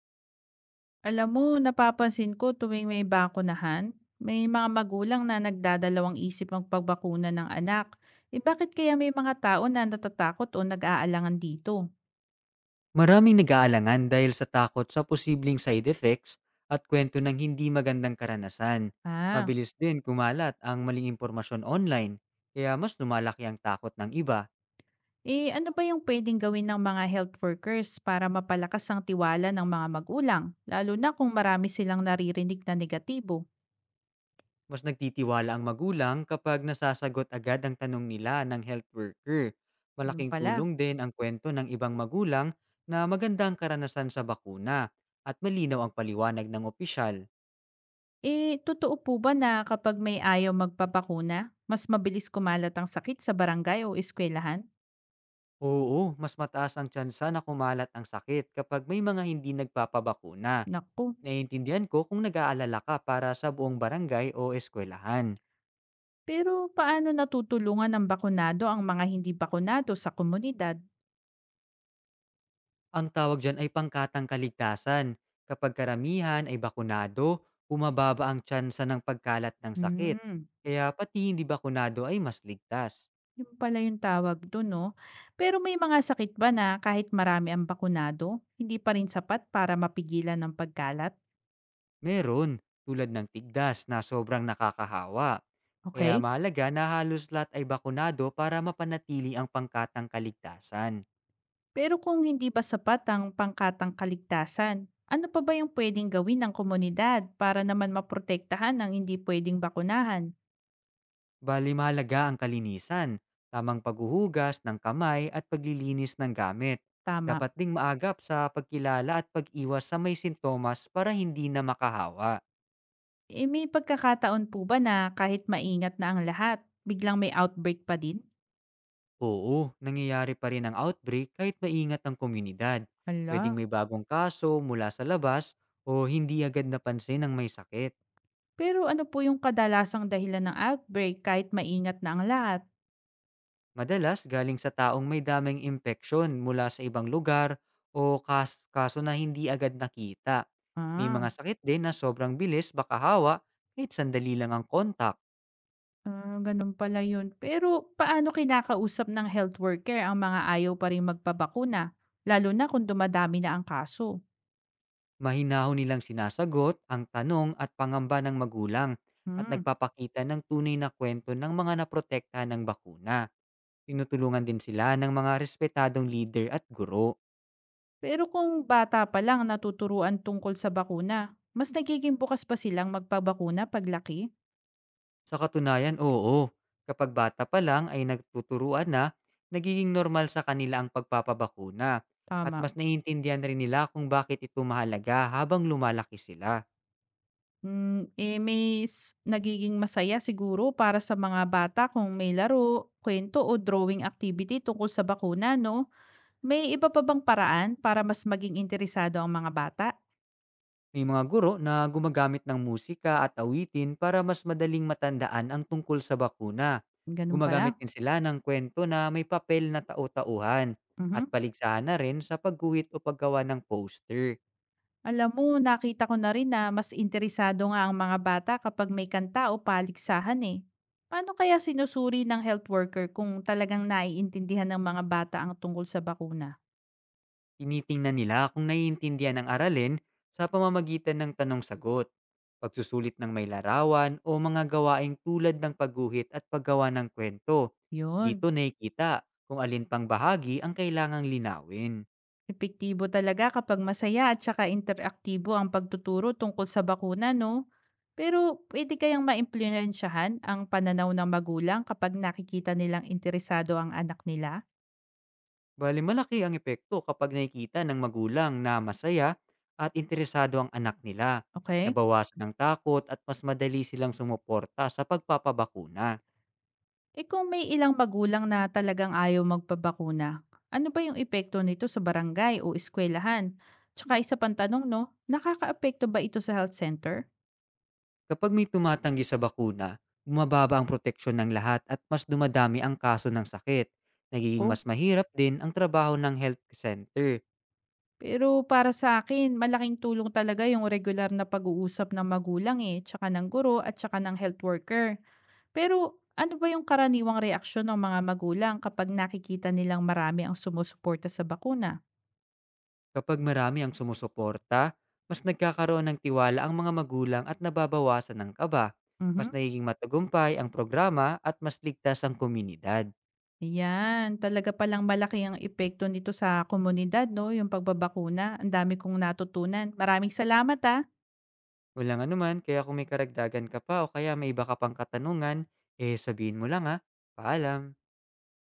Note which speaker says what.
Speaker 1: Alam mo, napapansin ko tuwing may bakunahan, may mga magulang na nagdadalawang isip ang pagbakuna ng anak. Eh bakit kaya may mga tao na natatakot o nag-aalangan dito?
Speaker 2: Maraming nag-aalangan dahil sa takot sa posibleng side effects at kwento ng hindi magandang karanasan.
Speaker 1: Ah,
Speaker 2: Mabilis din kumalat ang maling impormasyon online, kaya mas lumalaki ang takot ng iba.
Speaker 1: eh ano ba yung pwedeng gawin ng mga health workers para mapalakas ang tiwala ng mga magulang? Lalo na kung marami silang naririnig na negatibo.
Speaker 2: Mas nagtitiwala ang magulang kapag nasasagot agad ang tanong nila ng health worker.
Speaker 1: Ganun
Speaker 2: Malaking
Speaker 1: pala.
Speaker 2: tulong din ang kwento ng ibang magulang na magandang karanasan sa bakuna at malinaw ang paliwanag ng opisyal.
Speaker 1: Eh, totoo po ba na kapag may ayaw magpapakuna, mas mabilis kumalat ang sakit sa barangay o eskwelahan?
Speaker 2: Oo, mas mataas ang tsansa na kumalat ang sakit kapag may mga hindi nagpapabakuna.
Speaker 1: Naku.
Speaker 2: Naiintindihan ko kung nag-aalala ka para sa buong barangay o eskwelahan.
Speaker 1: Pero paano natutulungan ng bakunado ang mga hindi bakunado sa komunidad?
Speaker 2: Ang tawag dyan ay pangkatang kaligtasan. Kapag karamihan ay bakunado, bumababa ang tsansa ng pagkalat ng sakit.
Speaker 1: Hmm,
Speaker 2: Kaya pati hindi bakunado ay mas ligtas.
Speaker 1: yun pala yung tawag do'n 'no. Pero may mga sakit ba na kahit marami ang bakunado, hindi pa rin sapat para mapigilan ng pagkalat?
Speaker 2: Meron, tulad ng tigdas na sobrang nakakahawa. Kaya
Speaker 1: Okay.
Speaker 2: mahalaga na halos lahat ay bakunado para mapanatili ang pangkatang kaligtasan.
Speaker 1: Pero kung hindi pa sapat ang pangkatang kaligtasan, ano pa ba yung puwedeng gawin ng komunidad para naman maprotektahan ang hindi puwedeng bakunahan?
Speaker 2: Bali mahalaga ang kalinisan, tamang paghuhugas ng kamay at paglilinis ng gamit.
Speaker 1: Tama.
Speaker 2: Dapat ding maagap sa pagkilala at pag-iwas sa may sintomas para hindi na makahawa.
Speaker 1: Eh, may pagkakataon po ba na kahit maingat na ang lahat, biglang may outbreak pa din?
Speaker 2: Oo, nangyayari pa rin ang outbreak kahit maingat ang komunidad. Pwedeng
Speaker 1: Hala.
Speaker 2: may bagong kaso mula sa labas o hindi agad napansin ang may sakit.
Speaker 1: Pero ano po yung kadalasang dahilan ng outbreak kahit maingat na ang lahat?
Speaker 2: Madalas galing sa taong may daming impeksyon mula sa ibang lugar o kaso na hindi agad nakita. May
Speaker 1: Ah,
Speaker 2: mga sakit din na sobrang bilis baka hawa kahit sandali lang ang kontak.
Speaker 1: ah, ganun pala yun. Pero paano kinakausap ng health worker ang mga ayaw pa rin magpabakuna? Lalo na kung dumadami na ang kaso.
Speaker 2: Mahinaho nilang sinasagot ang tanong at pangamba ng magulang at
Speaker 1: Hmm.
Speaker 2: nagpapakita ng tunay na kwento ng mga naprotektahan ng bakuna. Tinutulungan din sila ng mga respetadong leader at guro.
Speaker 1: Pero kung bata pa lang natuturuan tungkol sa bakuna, mas nagiging bukas pa silang magpabakuna paglaki?
Speaker 2: Sa katunayan, oo. Kapag bata pa lang ay nagtuturuan na, nagiging normal sa kanila ang pagpapabakuna at
Speaker 1: Tama.
Speaker 2: mas naiintindihan rin nila kung bakit ito mahalaga habang lumalaki sila.
Speaker 1: Mm, eh, nagiging masaya siguro para sa mga bata kung may laro, kwento o drawing activity tungkol sa bakuna, no? May iba pa bang paraan para mas maging interesado ang mga bata?
Speaker 2: May mga guro na gumagamit ng musika at awitin para mas madaling matandaan ang tungkol sa bakuna.
Speaker 1: Ganun pala,
Speaker 2: Gumagamit din sila ng kwento na may papel na tau-tauhan at
Speaker 1: mhm.
Speaker 2: paligsahan na rin sa pagguhit o paggawa ng poster.
Speaker 1: Alam mo, nakita ko na rin na mas interesado nga ang mga bata kapag may kanta o paligsahan, eh. Paano kaya sinusuri ng health worker kung talagang naiintindihan ng mga bata ang tungkol sa bakuna?
Speaker 2: Tinitingnan nila kung naiintindihan ang aralin sa pamamagitan ng tanong-sagot, pagsusulit ng may larawan o mga gawaing tulad ng pagguhit at paggawa ng kwento.
Speaker 1: Yun.
Speaker 2: Dito nakikita kung alin pang bahagi ang kailangang linawin.
Speaker 1: Epektibo talaga kapag masaya at saka interaktibo ang pagtuturo tungkol sa bakuna, no? Pero pwede kayang maimpluwensyahan ang pananaw ng magulang kapag nakikita nilang interesado ang anak nila,
Speaker 2: Bali malaki ang epekto kapag nakikita ng magulang na masaya at interesado ang anak nila.
Speaker 1: okay?
Speaker 2: Nabawasan ang takot at mas madali silang sumuporta sa pagpapabakuna.
Speaker 1: E kung may ilang magulang na talagang ayaw magpabakuna, ano ba yung epekto nito sa barangay o eskwelahan? Tsaka isa pang tanong, no? Nakakaapekto ba ito sa health center?
Speaker 2: Kapag may tumatanggi sa bakuna, bumababa ang proteksyon ng lahat at mas dumadami ang kaso ng sakit. Nagiging
Speaker 1: Ko?
Speaker 2: mas mahirap din ang trabaho ng health center.
Speaker 1: Pero para sa akin malaking tulong talaga yung regular na pag-uusap ng magulang, eh, tsaka ng guro at tsaka ng health worker. Pero ano ba yung karaniwang reaksyon ng mga magulang kapag nakikita nilang marami ang sumusuporta sa bakuna?
Speaker 2: Kapag marami ang sumusuporta, mas nagkakaroon ng tiwala ang mga magulang at nababawasan ang kaba. Mas
Speaker 1: Mhm.
Speaker 2: nagiging matagumpay ang programa at mas ligtas ang komunidad.
Speaker 1: Ayan, talaga palang malaki ang epekto nito sa komunidad 'no, yung pagbabakuna. Ang dami kong natutunan. Maraming salamat, ah.
Speaker 2: Walang anuman, kaya kung may karagdagan ka pa o kaya may iba ka pang katanungan, eh sabihin mo lang ha. Paalam!